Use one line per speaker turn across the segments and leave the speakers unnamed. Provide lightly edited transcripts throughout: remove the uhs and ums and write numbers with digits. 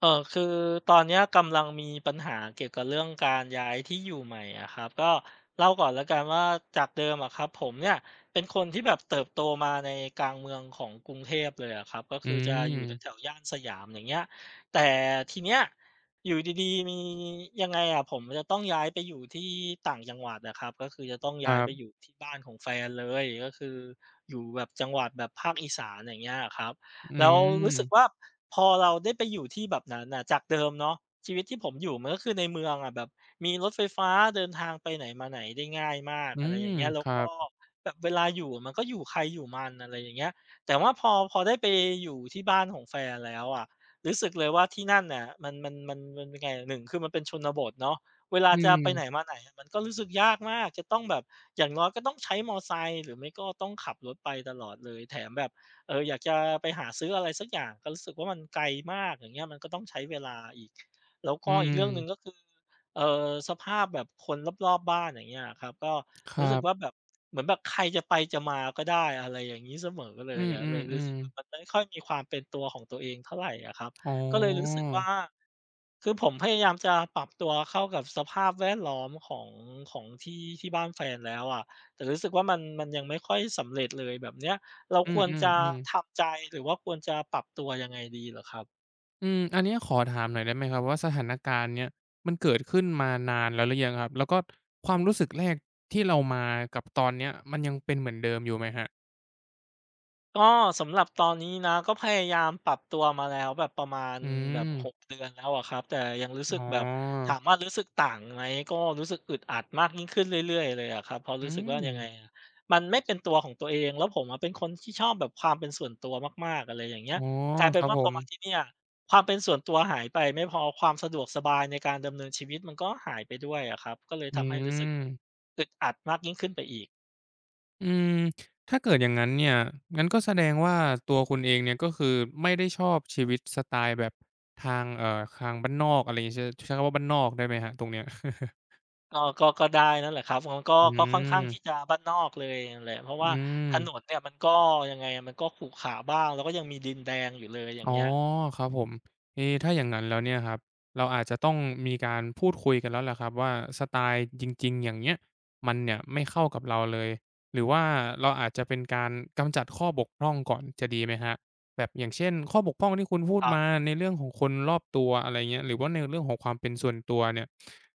คือตอนเนี้ยกำลังมีปัญหาเกี่ยวกับเรื่องการย้ายที่อยู่ใหม่อะครับก็เล่าก่อนแล้วกันว่าจากเดิมอะครับผมเนี่ยเป็นคนที่แบบเติบโตมาในกลางเมืองของกรุงเทพเลยอะครับก็
อื
คือจะอยู่แถว
ม
ๆย่านสยามอย่างเงี้ยแต่ทีเนี้ยอยู่ดีๆมียังไงอะผมจะต้องย้ายไปอยู่ที่ต่างจังหวัดนะครับก็คือจะต้อง
ค
ย้าย
รั
ไปอ
บ
ยู่ที่บ้านของแฟนเลยก็คืออยู่แบบจังหวัดแบบภาคอีสานอย่างเงี้ยครับ
อื
แล้วรู้สึกว่า
ม
พอเราได้ไปอยู่ที่แบบนั้นน่ะจากเดิมเนาะชีวิตที่ผมอยู่มันก็คือในเมืองอะแบบมีรถไฟฟ้าเดินทางไปไหนมาไหนได้ง่ายมาก
อื
อะไรอ
ม
ย่างเงี้ยแล้
ค
ว
รั
ก็
บ
แบบเวลาอยู่มันก็อยู่ใครอยู่มันอะไรอย่างเงี้ยแต่ว่าพอได้ไปอยู่ที่บ้านของแฟนแล้วอะรู้สึกเลยว่าที่นั่นน่ะมันยังไงอะหนึ่งคือมันเป็นชนบทเนาะเวลา
อื
จะไปไหน
ม
มาไหนอะมันก็รู้สึกยากมากจะต้องแบบอย่างน้อยก็ต้องใช้มอไซค์หรือไม่ก็ต้องขับรถไปตลอดเลยแถมแบบ อยากจะไปหาซื้ออะไรสักอย่างก็รู้สึกว่ามันไกลมากอย่างเงี้ยมันก็ต้องใช้เวลาอีกแล้ว
อื
ก็อีกเรื่อ
ม
งหนึ่งก็คือเออสภาพแบบคนรอบๆบ้านอย่างเงี้ยครับก็
ครั
รู้สึกว่า
บ
แบบเหมือนแบบใครจะไปจะมาก็ได้อะไรอย่างนี้เสมอเล
อื
ย
ม
อะ
อื
เล
ม
ย
อ
รู้สึ
ม
กว่ามันไม่ค่อยมีความเป็นตัวของตัวเองเท่าไหรอะครับ
อ๋อ
ก็เลยรู้สึกว่าคือผมพยายามจะปรับตัวเข้ากับสภาพแวดล้อมของของที่ที่บ้านแฟนแล้วอะแต่รู้สึกว่ามันยังไม่ค่อยสำเร็จเลยแบบเนี้ย เรา
อื
ค
ม
วร
อืม
จะ
อืม
ทำใจหรือว่าควรจะปรับตัวยังไงดีเหรอครับ
อมอันเนี้ยขอถามหน่อยได้ไหมครับว่าสถานการณ์เนี้ยมันเกิดขึ้นมานานแล้วหรือยังครับแล้วก็ความรู้สึกแรกที่เรามากับตอนเนี้ยมันยังเป็นเหมือนเดิมอยู่ไหมครับ
ก็สำหรับตอนนี้นะก็พยายามปรับตัวมาแล้วแบบประมาณ
อื
แบบ6
ม
เดือนแล้วอะครับแต่ยังรู้
อ๋
สึกแบบ
อ
ถามว่ารู้สึกต่างไหมก็รู้สึกอึดอัดมากยิ่งขึ้นเรื่อยๆเลยอะครับเพราะ
อื
รู้สึกว่า
ม
ยังไงอะมันไม่เป็นตัวของตัวเองแล้วผมอะเป็นคนที่ชอบแบบความเป็นส่วนตัวมากๆอะไรอย่างเงี้ย
อ๋อ
กลาย
ค
เป็น
รับ
ว่า
ผ
พอมา
ม
ที่เนี่ยความเป็นส่วนตัวหายไปไม่พอความสะดวกสบายในการดำเนินชีวิตมันก็หายไปด้วยอะครับก็เลย
อื
ทำให้รู้สึกแบบ
ม
อึดอัดมากยิ่งขึ้นไปอีก
อืม ถ้าเกิดอย่างนั้นเนี่ย งั้นก็แสดงว่าตัวคุณเองเนี่ยก็คือไม่ได้ชอบชีวิตสไตล์แบบทางทางบ้านนอกอะไรอย่างงี้ใช้คำว่าบ้านนอกได้ไหมครับตรงเนี้ย
ก็ได้นั่นแหละครับมันก็
อื
ก็ค่อนข้างที่
ม
จะบ้านนอกเลยนั่นแหละเพราะว่า
อื
ถนน
ม
เนี่ยมันก็ยังไงอะมันก็ขรุขระบ้างแล้วก็ยังมีดินแดงอยู่เลยอย่าง
อ๋อ
เงี้ย
ครับผมเอะถ้าอย่างงั้นแล้วเนี่ยครับ เราอาจจะต้องมีการพูดคุยกันแล้วแหละครับว่าสไตล์จริงๆอย่างเนี้ยมันเนี่ยไม่เข้ากับเราเลย หรือว่าเราอาจจะเป็นการกำจัดข้อบกพร่องก่อนจะดีไหมครับแบบอย่างเช่นข้อบกพร่องที่คุณพู
ค
ด
รั
มา
บ
ในเรื่องของคนรอบตัวอะไรเงี้ยหรือว่าในเรื่องของความเป็นส่วนตัวเนี่ย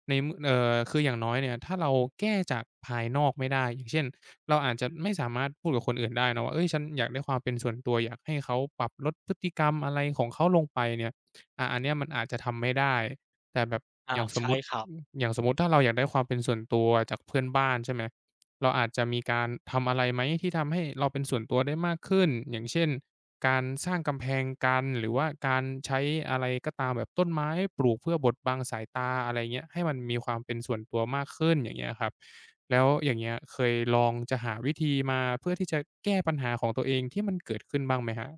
ในเมอคืออย่างน้อยเนี่ยถ้าเราแก้จากภายนอกไม่ได้อย่างเช่น เราอาจจะไม่สามารถพูดกับคนอื่นได้นะว่าเฮ้ยฉันอยากได้ความเป็นส่วนตัวอยากให้เขาปรับลดพฤติกรรมอะไรของเขาลงไปเนี่ยอ่าอันเนี้ยมันอาจจะทำไม่ได้แต่แบบอ
อา
ย่างสม
ใช่
มุติ
ครับ
อย่างสมมุติถ้าเราอยากได้ความเป็นส่วนตัวจากเพื่อนบ้านใช่ไหม เราอาจจะมีการทำอะไรไหมที่ทำให้เราเป็นส่วนตัวได้มากขึ้นอย่างเช่นการสร้างกำแพงกันหรือว่าการใช้อะไรก็ตามแบบต้นไม้ปลูกเพื่อบดบังสายตาอะไรเงี้ยให้มันมีความเป็นส่วนตัวมากขึ้นอย่างเงี้ยครับแล้วอย่างเงี้ยเคยลองจะหาวิธีมาเพื่อที่จะแก้ปัญหาของตัวเองที่มันเกิดขึ้นบ้างไหมครับ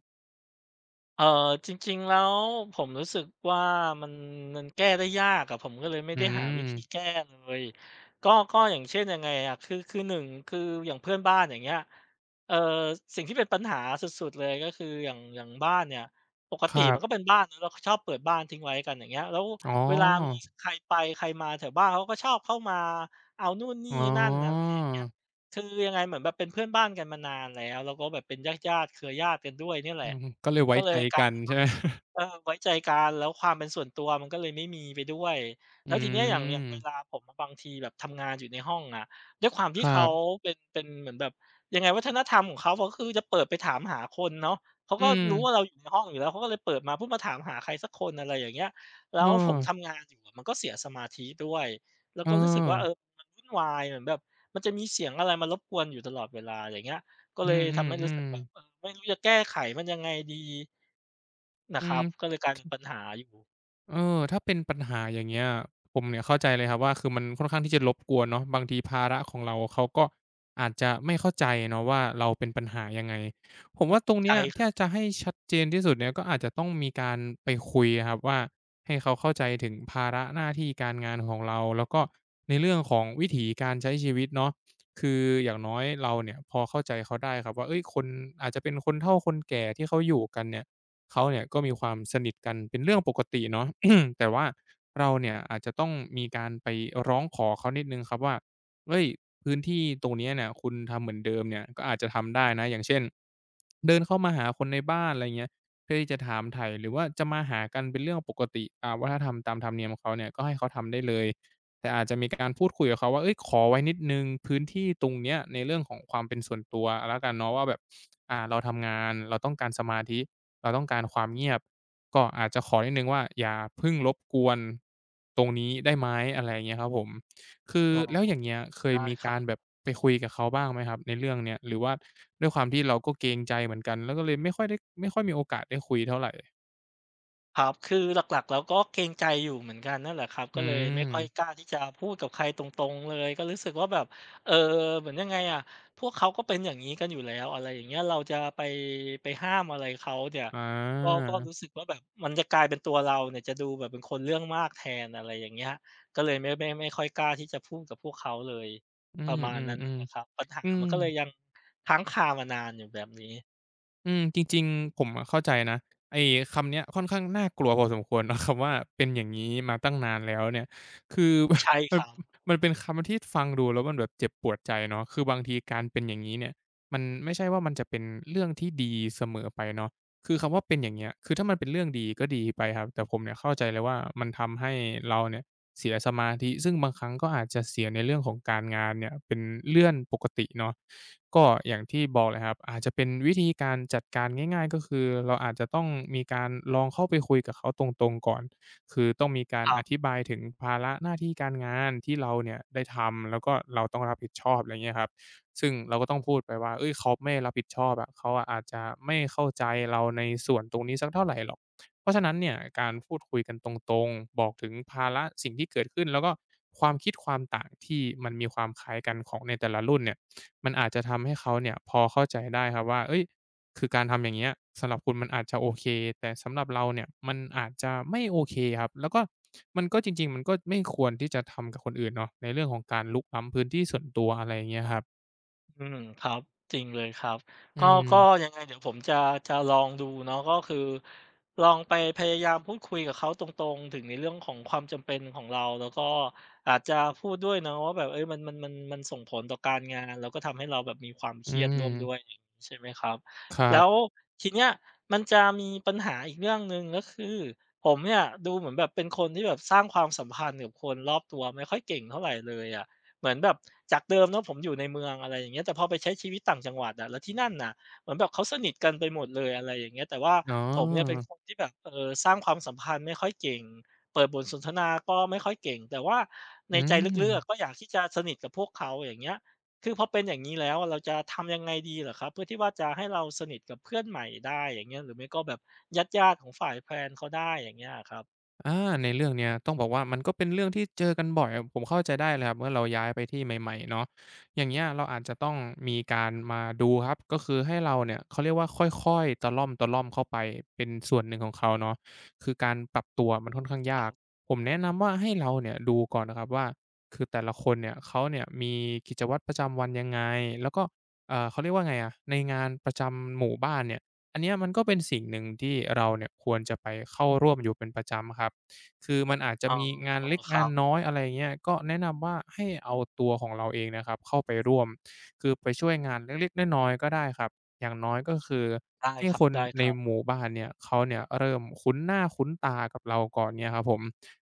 เออจริงๆแล้วผมรู้สึกว่ามันมันแก้ได้ยากอะผมก็เลยไม่
อื
ได้หาวิ
ม
ธีแก้เลยก็อย่างเช่นยังไงอะคือหนึ่งคืออย่างเพื่อนบ้านอย่างเงี้ยเออสิ่งที่เป็นปัญหาสุดๆเลยก็คืออย่างบ้านเนี่ยปก
ค
ติ
รั
มันก็
บ
เป็นบ้านเนะเราชอบเปิดบ้านทิ้งไว้กันอย่างเงี้ยแล้ว
อ๋
เวลามี
อ
ใครไปใครมาแถวบ้านเขาก็ชอบเข้ามาเอานู่นนี่
อ๋อ
นั่นอะไรอย่างเงี้ยคือยังไงเหมือนแบบเป็นเพื่อนบ้านกันมานานแล้วแล้วก็แบบเป็นญาติญาติเครือญาติกันด้วยเนี่ยแหละ
อือฮึก็เลยไว้
ก็เล
ใจ
ยกลาย
กัน
เป็น
ใช่
ว่า
ไหม
ไว้ใจกันแล้วความเป็นส่วนตัวมันก็เลยไม่มีไปด้วย
อื
แล้วทีเนี้ยอย่างเวลา
ม
ผมอะบางทีแบบทำงานอยู่ในห้องอะด้วยความ
ค
ที่
รั
เขา
บ
เป็นเหมือนแบบยังไงวัฒนธรรมของเขาก็คือจะเปิดไปถามหาคนเนาะเขา
อื
ก็
ม
รู้ว่าเราอยู่ในห้องอยู่แล้วเขาก็เลยเปิดมาเพื่อมาถามหาใครสักคนอะไรอย่างเงี้ยแล้
เอ
ว
อ
ผมทำงานอยู่อะมันก็เสียสมาธิด้วยแล้
เ
วก็รู้สึกว่า
ออ
มันวุ่นวายเหมือนแบบมันจะมีเสียงอะไรมารบกวนอยู่ตลอดเวลาอย่างเงี้ย ก็เล
อื
ยทำให้รู้สึก
อ
แบ
ๆ
บ
ๆ
ไม่รู้จะแก้ไขมันยังไงดีนะ
อื
ครับก็
ม
เลยกลายเป็นปัญหาอยู่
เออถ้าเป็นปัญหาอย่างเงี้ยผมเนี่ยเข้าใจเลยครับว่าคือมันค่อนข้างที่จะรบกวนเนาะบางทีภาระของเราเขาก็อาจจะไม่เข้าใจเนาะว่าเราเป็นปัญหายังไงผมว่าตรงเนี้
ใช่
ย
ครั
ถ้า
บ
จะให้ชัดเจนที่สุดเนี่ยก็อาจจะต้องมีการไปคุยอะครับว่าให้เขาเข้าใจถึงภาระหน้าที่การงานของเราแล้วก็ในเรื่องของวิถีการใช้ชีวิตเนาะคืออย่างน้อยเราเนี่ยพอเข้าใจเขาได้ครับว่าเฮ้ยคนอาจจะเป็นคนเฒ่าคนแก่ที่เขาอยู่กันเนี่ยเขาเนี่ยก็มีความสนิทกันเป็นเรื่องปกติเนาะ แต่ว่าเราเนี่ยอาจจะต้องมีการไปร้องขอเขานิดนึงครับว่าเฮ้ยพื้นที่ตรงเนี้ยเนี่ยคุณทำเหมือนเดิมเนี่ยก็อาจจะทำได้นะอย่างเช่นเดินเข้ามาหาคนในบ้านอะไรเงี้ยเพื่อที่จะถามไถ่หรือว่าจะมาหากันเป็นเรื่องปกติอ่าวัฒนธรรมตามธรรมเนียมของเขาเนี่ยก็ให้เขาทำได้เลยแต่อาจจะมีการพูดคุยกับเขาว่าเอ้ยขอไว้นิดนึงพื้นที่ตรงเนี้ยในเรื่องของความเป็นส่วนตัวแล้วกันเนาะว่าแบบอ่าเราทำงานเราต้องการสมาธิ เราต้องการความเงียบก็อาจจะขอนิดหนึ่งว่าอย่าเพิ่งรบกวนตรงนี้ได้ไหมอะไรอย่างเงี้ยครับผมคือ
อ๋อ
แล้วอย่างเงี้ยเคย
ได้
มี
ครั
การ
บ
แบบไปคุยกับเขาบ้างไหมครับในเรื่องเนี้ยหรือว่าด้วยความที่เราก็เกรงใจเหมือนกันแล้วก็เลยไม่ค่อยได้ไม่ค่อยมีโอกาสได้คุยเท่าไร
ครับคือหลักๆแล้วก็เกรงใจอยู่เหมือนกันนั่นแหละครับก็
อื
เลยไม่ค่อยก
ม
ล้าที่จะพูดกับใครตรงๆเลยก็รู้สึกว่าแบบเออเหมือนยังไงอะพวกเขาก็เป็นอย่างงี้กันอยู่แล้วอะไรอย่างเงี้ยเราจะไปห้ามอะไรเขาเนี่ย
อ
ก็
า
ก็รู้สึกว่าแบบมันจะกลายเป็นตัวเราเนี่ยจะดูแบบเป็นคนเรื่องมากแทนอะไรอย่างเงี้ยก็เลยไม่ค่อยกล้าที่จะพูดกับพวกเขาเลย
อื
ประมาณ
ม
นั้นนั่นแหละครั
ๆ
บปัญหา
ๆอืม
มันก็เลยยังค้างคามานานอยู่แบบนี้
อืมจริงๆผมอะเข้าใจนะไอ้คำเนี้ยค่อนข้างน่ากลัวพอสมควร เนาะคำว่าเป็นอย่างงี้มาตั้งนานแล้วเนี่ยคือ
ใช่ ค
มัน
รับ
มันเป็นคำที่ฟังดูแล้วมันแบบเจ็บปวดใจเนาะคือบางทีการเป็นอย่างงี้เนี่ยมันไม่ใช่ว่ามันจะเป็นเรื่องที่ดีเสมอไปเนาะคือคำว่าเป็นอย่างเงี้ยคือถ้ามันเป็นเรื่องดีก็ดีไปครับแต่ผมเนี่ยเข้าใจเลยว่ามันทำให้เราเนี่ยเสียสมาธิซึ่งบางครั้งก็อาจจะเสียในเรื่องของการงานเนี่ยเป็นเลื่อนปกติเนาะ ก็อย่างที่บอกเลยครับอาจจะเป็นวิธีการจัดการง่ายๆก็คือเราอาจจะต้องมีการลองเข้าไปคุยกับเขาตรงๆก่อนคือต้องมีการ
ครั
อ
บ
ธิบายถึงภาระหน้าที่การงานที่เราเนี่ยได้ทำแล้วก็เราต้องรับผิดชอบอะไรเงี้ยครับซึ่งเราก็ต้องพูดไปว่าเฮ้ยเขาไม่รับผิดชอบอะเขาอะอาจจะไม่เข้าใจเราในส่วนตรงนี้สักเท่าไรหรอกเพราะฉะนั้นเนี่ยการพูดคุยกันตรงๆบอกถึงภาระสิ่งที่เกิดขึ้นแล้วก็ความคิดความต่างที่มันมีความคล้ายกันของในแต่ละรุ่นเนี่ย มันอาจจะทำให้เขาเนี่ยพอเข้าใจได้ครับว่าเอ้ยคือการทำอย่างเงี้ยสำหรับคุณมันอาจจะโอเคแต่สำหรับเราเนี่ยมันอาจจะไม่โอเคครับแล้วก็มันก็จริงๆก็ไม่ควรที่จะทำกับคนอื่นเนาะในเรื่องของการรุกล้ำพื้นที่ส่วนตัวอะไรอย่างเงี้ยครับ
อืมครับจริงเลยครับ
อื
ก็
ม
ยังไงเดี๋ยวผมจะลองดูเนาะก็คือลองไปพยายามพูดคุยกับเขาตรงๆถึงในเรื่องของความจำเป็นของเราแล้วก็อาจจะพูดด้วยเนาะว่าแบบเฮ้ยมันส่งผลต่อการงานแล้วก็ทำให้เราแบบมีความเค
อื
รียดร่วมด้วยอ
ม
ย่างงี้ใช่ไหมครับ
ครั
แล้ว
บ
ทีเนี้ยมันจะมีปัญหาอีกเรื่องหนึ่งก็คือผมเนี่ยดูเหมือนแบบเป็นคนที่แบบสร้างความสัมพันธ์กับคนรอบตัวไม่ค่อยเก่งเท่าไรเลยอะ เหมือนแบบจากเดิมเนาะผมอยู่ในเมืองอะไรอย่างเงี้ยแต่พอไปใช้ชีวิตต่างจังหวัดอะแล้วที่นั่นน่ะเหมือนแบบเขาสนิทกันไปหมดเลยอะไรอย่างเงี้ยแต่ว่า
อ๋อ
ผมเนี่ยเป็นคนที่แบบสร้างความสัมพันธ์ไม่ค่อยเก่งเปิดบทสนทนาก็ไม่ค่อยเก่งแต่ว่าใน
อื
ใจลึกๆอะก็
ม
อยากที่จะสนิทกับพวกเขาอย่างเงี้ยคือพอเป็นอย่างงี้แล้วอะเราจะทำยังไงดีเหรอครับเพื่อที่ว่าจะให้เราสนิทกับเพื่อนใหม่ได้อย่างเงี้ยหรือไม่ก็แบบญาติๆของฝ่ายแฟนเขาได้อย่างเงี้ยอะครับ
อาในเรื่องเนี้ยต้องบอกว่ามันก็เป็นเรื่องที่เจอกันบ่อยผมเข้าใจได้เลยครับเมื่อเราย้ายไปที่ใหม่ๆเนาะอย่างเงี้ยเราอาจจะต้องมีการมาดูครับก็คือให้เราเนี่ยเขาเรียกว่าค่อยๆตะล่อมๆเข้าไปเป็นส่วนหนึ่งของเขาเนาะคือการปรับตัวมันค่อนข้าง
ครั
ยาก
บ
ผมแนะนำว่าให้เราเนี่ยดูก่อนนะครับว่าคือแต่ละคนเนี่ยเขาเนี่ยมีกิจวัตรประจำวันยังไงแล้วก็เขาเรียกว่าไงอะในงานประจำหมู่บ้านเนี่ย อันเนี้ยมันก็เป็นสิ่งหนึ่งที่เราเนี่ยควรจะไปเข้าร่วมอยู่เป็นประจำครับคือมันอาจจะ
อ๋อ
มีงานเล็ก
ค
งา
รั
น
บ
น้อยอะไรเงี้ยก็แนะนำว่าให้เอาตัวของเราเองนะครับเข้าไปร่วมคือไปช่วยงานเล็กๆน้อยๆก็ได้ครับอย่างน้อยก็คือ
ได้
ให้
ค
คนใน
รับ
หมู่บ้านเนี่ยเขาเนี่ยเริ่มคุ้นหน้าคุ้นตากับเราก่อนเนี่ยครับผม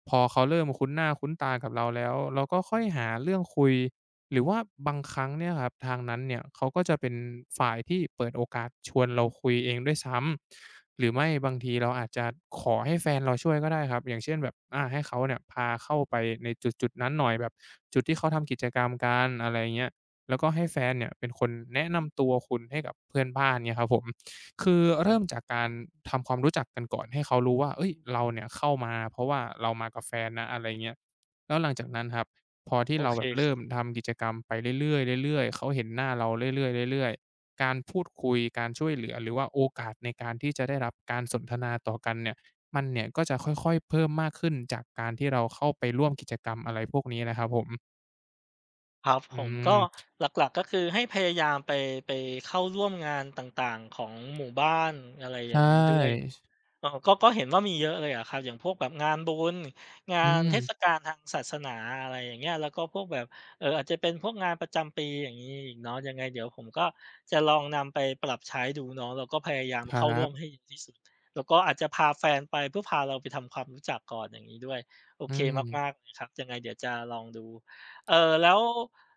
พอเขาเริ่มคุ้นหน้าคุ้นตากับเราแล้วเราก็ค่อยหาเรื่องคุย หรือว่าบางครั้งเนี่ยครับทางนั้นเนี่ยเขาก็จะเป็นฝ่ายที่เปิดโอกาสชวนเราคุยเองด้วยซ้ำหรือไม่บางทีเราอาจจะขอให้แฟนเราช่วยก็ได้ครับอย่างเช่นแบบอาให้เขาเนี่ยพาเข้าไปในจุดจุดนั้นหน่อยแบบจุดที่เขาทำกิจกรรมกันอะไรเงี้ยแล้วก็ให้แฟนเนี่ยเป็นคนแนะนำตัวคุณให้กับเพื่อนบ้านเนี่ยครับผมคือเริ่มจากการทำความรู้จักกันก่อนให้เขารู้ว่าเอ้ยเราเนี่ยเข้ามาเพราะว่าเรามากับแฟนนะอะไรเงี้ยแล้วหลังจากนั้นครับ พอ
ๆ
ที่
โอ
เรา
เค
แบบเริ่มทำกิจกรรมไปเรื่อยๆเรื่อยๆเขาเห็นหน้าเราเรื่อยๆเรื่อยๆการพูดคุยการช่วยเหลือหรือว่าโอกาสในการที่จะได้รับการสนทนาต่อกันเนี่ยมันเนี่ยก็จะค่อยๆเพิ่มมากขึ้นจากการที่เราเข้าไปร่วมกิจกรรมอะไรพวกนี้นะครับผม
ครับผ
อื
มก็
ม
หลักๆก็คือให้พยายามไปไปเข้าร่วมงานต่างๆของหมู่บ้านอะไรอย่า
ใช่
งงี้ด้วย เออก็ก็เห็นว่ามีเยอะเลยอะครับอย่างพวกแบบงานบุญงา
อื
น
ม
เทศกาลทางศาสนาอะไรอย่างเงี้ยแล้วก็พวกแบบอาจจะเป็นพวกงานประจำปีอย่างงี้อีกเนาะยังไงเดี๋ยวผมก็จะลองนำไปปรับใช้ดูเนาะแล้วก็พยายาม
ครั
เข้าร่วมให้
บ
เยอะที่สุดแล้วก็อาจจะพาแฟนไปเพื่อพาเราไปทำความรู้จักก่อนอย่างงี้ด้วยโอ
อื
เคมาก
ม
ๆเลยครับยังไงเดี๋ยวจะลองดูเอ่อแล้ว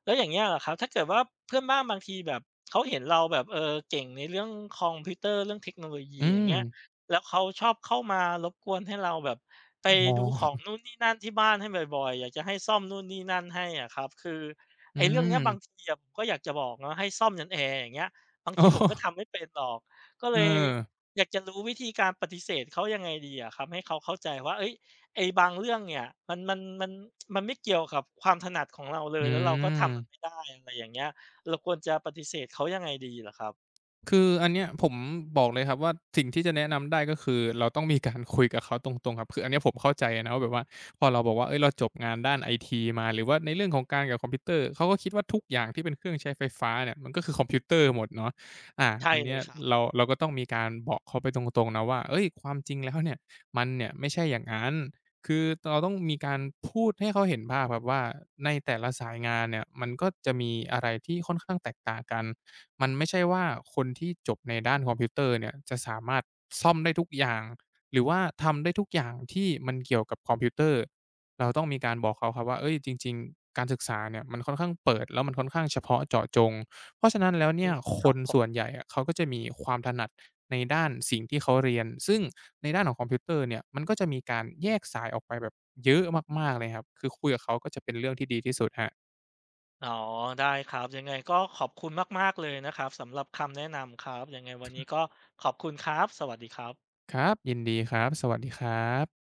อย่างเงี้ยเหรอครับถ้าเกิดว่าเพื่อนบ้านบางทีแบบเขาเห็นเราแบบเออเก่งในเรื่องคอมพิวเตอร์เรื่องเทคโนโลยี
อื
อย่าง
ม
เงี้ย แล้วเขาชอบเข้ามารบกวนให้เราแบบไป
อ๋อ
ดูของนู่นนี่นั่นที่บ้านให้บ่อยๆอยากจะให้ซ่อมนู่นนี่นั่นให้อะครับคือ
อื
ไอ้เรื่องเนี้ยบาง
ม
ทีอะผมก็อยากจะบอกเนาะให้ซ่อมยันแอร์อย่างเงี้ยบาง
โอ
ทีผมก็
้
ทำไม่เป็นหรอกก็เล
เอ
ย
อ
อยากจะรู้วิธีการปฏิเสธเขายังไงดีอะครับให้เขาเข้าใจว่าเฮ้ยไอ้บางเรื่องเนี่ยมันไม่เกี่ยวกับความถนัดของเราเล
อื
ยแล้วเราก็ทำมันไม่
ม
ได้อะไรอย่างเงี้ยเราควรจะปฏิเสธเขายังไงดีเหรอครับ
คืออันเนี้ยผมบอกเลยครับว่าสิ่งที่จะแนะนำได้ก็คือเราต้องมีการคุยกับเขาตรงๆครับคืออันเนี้ยผมเข้าใจนะว่าแบบว่าพอเราบอกว่าเฮ้ยเราจบงานด้านไอทีมาหรือว่าในเรื่องของการกับคอมพิวเตอร์เขาก็คิดว่าทุกอย่างที่เป็นเครื่องใช้ไฟฟ้าเนี่ยมันก็คือคอมพิวเตอร์หมดเนาะอ่า
ใช่
อัน
เล
เนี้ย
ยครับ
เราก็ต้องมีการบอกเขาไปตรงๆนะว่าเฮ้ยความจริงแล้วเนี่ยมันเนี่ยไม่ใช่อย่างงั้นคือเราต้องมีการพูดให้เขาเห็นภาพครับว่าในแต่ละสายงานเนี่ยมันก็จะมีอะไรที่ค่อนข้างแตกต่างกัน มันไม่ใช่ว่าคนที่จบในด้านคอมพิวเตอร์เนี่ยจะสามารถซ่อมได้ทุกอย่างหรือว่าทำได้ทุกอย่างที่มันเกี่ยวกับคอมพิวเตอร์เราต้องมีการบอกเขาครับว่าเอ้ยจริงๆการศึกษาเนี่ยมันค่อนข้างเปิดแล้วมันค่อนข้างเฉพาะเจาะจงเพราะฉะนั้นแล้ว
อื
เนี่ย
มค
ค
รับ
น
ผ
ส่วน
ม
ใหญ่อะเขาก็จะมีความถนัดในด้านสิ่งที่เขาเรียนซึ่งในด้านของคอมพิวเตอร์เนี่ยมันก็จะมีการแยกสายออกไปแบบเยอะมากๆเลยครับคือคุยกับเขาก็จะเป็นเรื่องที่ดีที่สุดครับ
อ๋อได้ครับยังไงก็ขอบคุณมากๆเลยนะครับสำหรับคำแนะนำครับยังไงวันนี้ก็ขอบคุณครับสวัสดีครับ
ครับยินดีครับสวัสดีครับ